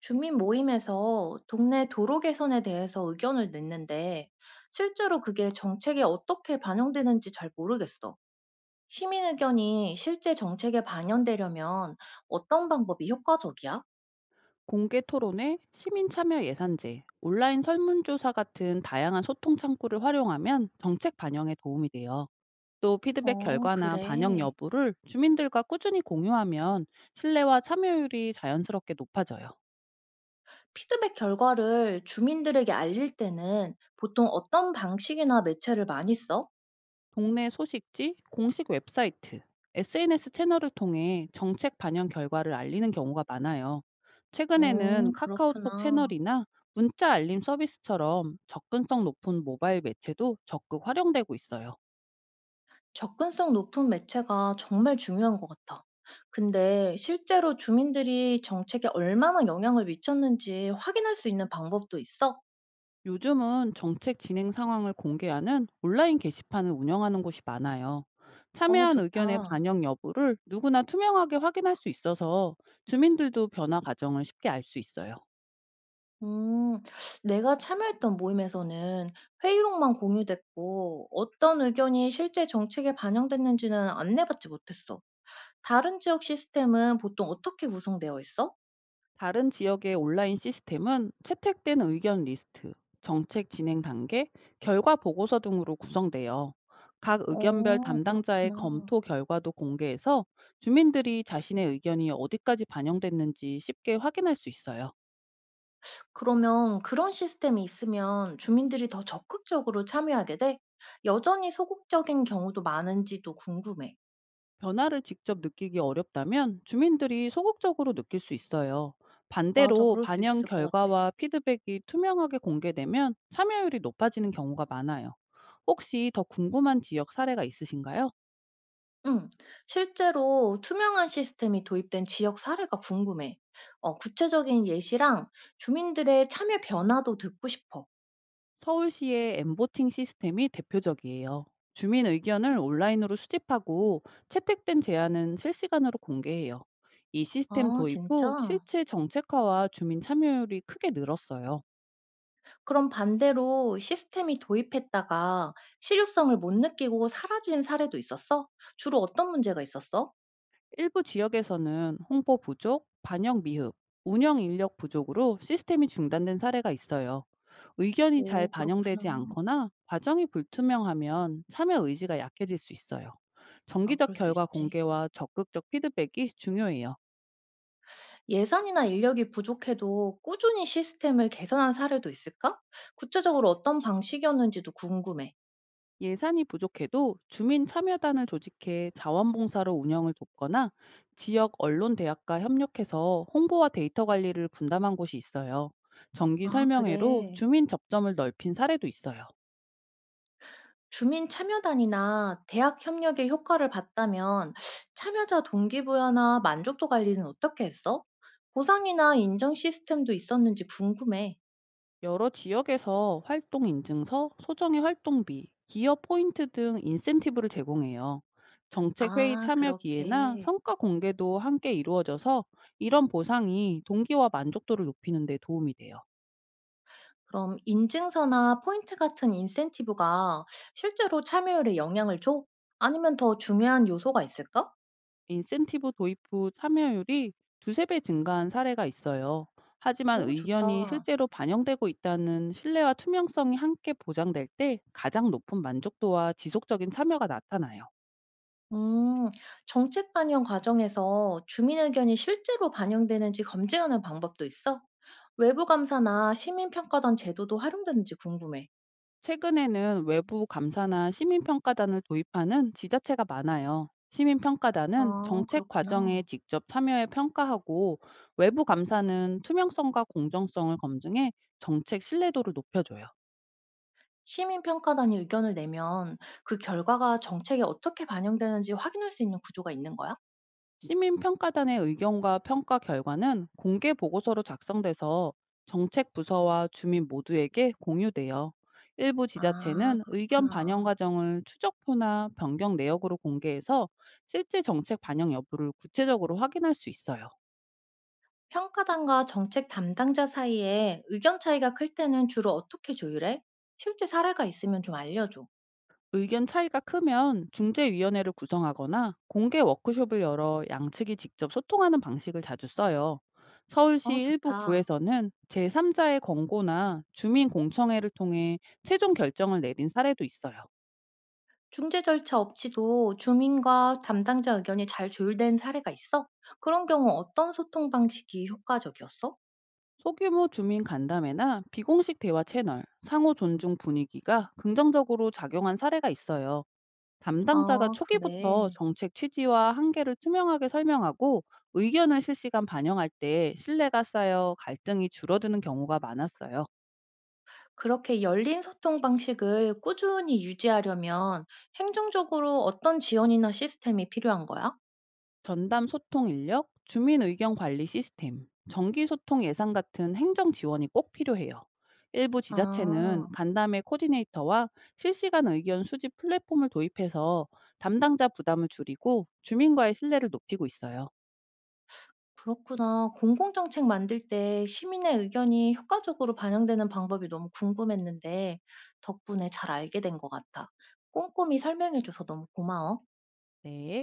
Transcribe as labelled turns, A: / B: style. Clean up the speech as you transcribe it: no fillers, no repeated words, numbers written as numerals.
A: 주민 모임에서 동네 도로 개선에 대해서 의견을 냈는데 실제로 그게 정책에 어떻게 반영되는지 잘 모르겠어. 시민 의견이 실제 정책에 반영되려면 어떤 방법이 효과적이야?
B: 공개 토론회, 시민 참여 예산제, 온라인 설문조사 같은 다양한 소통 창구를 활용하면 정책 반영에 도움이 돼요. 또 피드백
A: 어,
B: 결과나 반영
A: 그래.
B: 여부를 주민들과 꾸준히 공유하면 신뢰와 참여율이 자연스럽게 높아져요.
A: 피드백 결과를 주민들에게 알릴 때는 보통 어떤 방식이나 매체를 많이 써?
B: 동네 소식지, 공식 웹사이트, SNS 채널을 통해 정책 반영 결과를 알리는 경우가 많아요. 최근에는 카카오톡
A: 그렇구나.
B: 채널이나 문자 알림 서비스처럼 접근성 높은 모바일 매체도 적극 활용되고 있어요.
A: 접근성 높은 매체가 정말 중요한 것 같아. 근데 실제로 주민들이 정책에 얼마나 영향을 미쳤는지 확인할 수 있는 방법도 있어?
B: 요즘은 정책 진행 상황을 공개하는 온라인 게시판을 운영하는 곳이 많아요.
A: 어,
B: 참여한 의견의
A: 좋다.
B: 반영 여부를 누구나 투명하게 확인할 수 있어서 주민들도 변화 과정을 쉽게 알 수 있어요.
A: 음, 내가 참여했던 모임에서는 회의록만 공유됐고 어떤 의견이 실제 정책에 반영됐는지는 안내받지 못했어. 다른 지역 시스템은 보통 어떻게 구성되어 있어?
B: 다른 지역의 온라인 시스템은 채택된 의견 리스트, 정책 진행 단계, 결과 보고서 등으로 구성돼요. 각 의견별
A: 어,
B: 담당자의
A: 그렇구나.
B: 검토 결과도 공개해서 주민들이 자신의 의견이 어디까지 반영됐는지 쉽게 확인할 수 있어요.
A: 그러면 그런 시스템이 있으면 주민들이 더 적극적으로 참여하게 돼? 여전히 소극적인 경우도 많은지도 궁금해.
B: 변화를 직접 느끼기 어렵다면 주민들이 소극적으로 느낄 수 있어요.
A: 맞아,
B: 반대로
A: 그럴 수
B: 반영
A: 있을 것 같아.
B: 결과와 피드백이 투명하게 공개되면 참여율이 높아지는 경우가 많아요. 혹시 더 궁금한 지역 사례가 있으신가요?
A: 응, 실제로 투명한 시스템이 도입된 지역 사례가 궁금해. 어, 구체적인 예시랑 주민들의 참여 변화도 듣고 싶어.
B: 서울시의 엠보팅 시스템이 대표적이에요. 주민 의견을 온라인으로 수집하고 채택된 제안은 실시간으로 공개해요. 이 시스템
A: 아,
B: 도입
A: 진짜?
B: 후 실제 정책화와 주민 참여율이 크게 늘었어요.
A: 그럼 반대로 시스템이 도입했다가 실효성을 못 느끼고 사라진 사례도 있었어? 주로 어떤 문제가 있었어?
B: 일부 지역에서는 홍보 부족, 반영 미흡, 운영 인력 부족으로 시스템이 중단된 사례가 있어요. 의견이 잘
A: 오,
B: 반영되지
A: 그렇구나.
B: 않거나 과정이 불투명하면 참여 의지가 약해질 수 있어요.
A: 아
B: 정기적
A: 그럴 수
B: 결과
A: 있지.
B: 공개와 적극적 피드백이 중요해요.
A: 예산이나 인력이 부족해도 꾸준히 시스템을 개선한 사례도 있을까? 구체적으로 어떤 방식이었는지도 궁금해.
B: 예산이 부족해도 주민 참여단을 조직해 자원봉사로 운영을 돕거나 지역 언론 대학과 협력해서 홍보와 데이터 관리를 분담한 곳이 있어요. 정기
A: 아,
B: 설명회로
A: 그래.
B: 주민 접점을 넓힌 사례도 있어요.
A: 주민 참여단이나 대학 협력의 효과를 봤다면 참여자 동기부여나 만족도 관리는 어떻게 했어? 보상이나 인정 시스템도 있었는지 궁금해.
B: 여러 지역에서 활동 인증서, 소정의 활동비, 기업 포인트 등 인센티브를 제공해요. 정책 회의
A: 아,
B: 참여 기회나
A: 그렇게.
B: 성과 공개도 함께 이루어져서 이런 보상이 동기와 만족도를 높이는 데 도움이 돼요.
A: 그럼 인증서나 포인트 같은 인센티브가 실제로 참여율에 영향을 줘? 아니면 더 중요한 요소가 있을까?
B: 인센티브 도입 후 참여율이 두세 배 증가한 사례가 있어요. 하지만
A: 오,
B: 의견이
A: 좋다.
B: 실제로 반영되고 있다는 신뢰와 투명성이 함께 보장될 때 가장 높은 만족도와 지속적인 참여가 나타나요.
A: 음, 정책 반영 과정에서 주민 의견이 실제로 반영되는지 검증하는 방법도 있어? 외부 감사나 시민 평가단 제도도 활용되는지 궁금해.
B: 최근에는 외부 감사나 시민평가단을 도입하는 지자체가 많아요. 시민평가단은
A: 아,
B: 정책 과정에
A: 그렇구나.
B: 직접 참여해 평가하고 외부 감사는 투명성과 공정성을 검증해 정책 신뢰도를 높여줘요.
A: 시민 평가단이 의견을 내면 그 결과가 정책에 어떻게 반영되는지 확인할 수 있는 구조가 있는 거야?
B: 시민평가단의 의견과 평가 결과는 공개 보고서로 작성돼서 정책 부서와 주민 모두에게 공유돼요. 일부
A: 아,
B: 지자체는 의견 반영
A: 그렇구나.
B: 과정을 추적표나 변경 내역으로 공개해서 실제 정책 반영 여부를 구체적으로 확인할 수 있어요.
A: 평가단과 정책 담당자 사이에 의견 차이가 클 때는 주로 어떻게 조율해? 실제 사례가 있으면 좀 알려줘.
B: 의견 차이가 크면 중재위원회를 구성하거나 공개 워크숍을 열어 양측이 직접 소통하는 방식을 자주 써요. 서울시
A: 어,
B: 일부
A: 좋다.
B: 구에서는 제3자의 권고나 주민 공청회를 통해 최종 결정을 내린 사례도 있어요.
A: 중재 절차 없이도 주민과 담당자 의견이 잘 조율된 사례가 있어? 그런 경우 어떤 소통 방식이 효과적이었어?
B: 소규모 주민 간담회나 비공식 대화 채널, 상호 존중 분위기가 긍정적으로 작용한 사례가 있어요. 담당자가
A: 아,
B: 초기부터
A: 그래.
B: 정책 취지와 한계를 투명하게 설명하고 의견을 실시간 반영할 때 신뢰가 쌓여 갈등이 줄어드는 경우가 많았어요.
A: 그렇게 열린 소통 방식을 꾸준히 유지하려면 행정적으로 어떤 지원이나 시스템이 필요한 거야?
B: 전담 소통 인력, 주민 의견 관리 시스템, 정기 소통 예산 같은 행정 지원이 꼭 필요해요. 일부 지자체는
A: 아,
B: 간담회 코디네이터와 실시간 의견 수집 플랫폼을 도입해서 담당자 부담을 줄이고 주민과의 신뢰를 높이고 있어요.
A: 그렇구나. 공공정책 만들 때 시민의 의견이 효과적으로 반영되는 방법이 너무 궁금했는데 덕분에 잘 알게 된 것 같아. 꼼꼼히 설명해줘서 너무 고마워.
B: 네.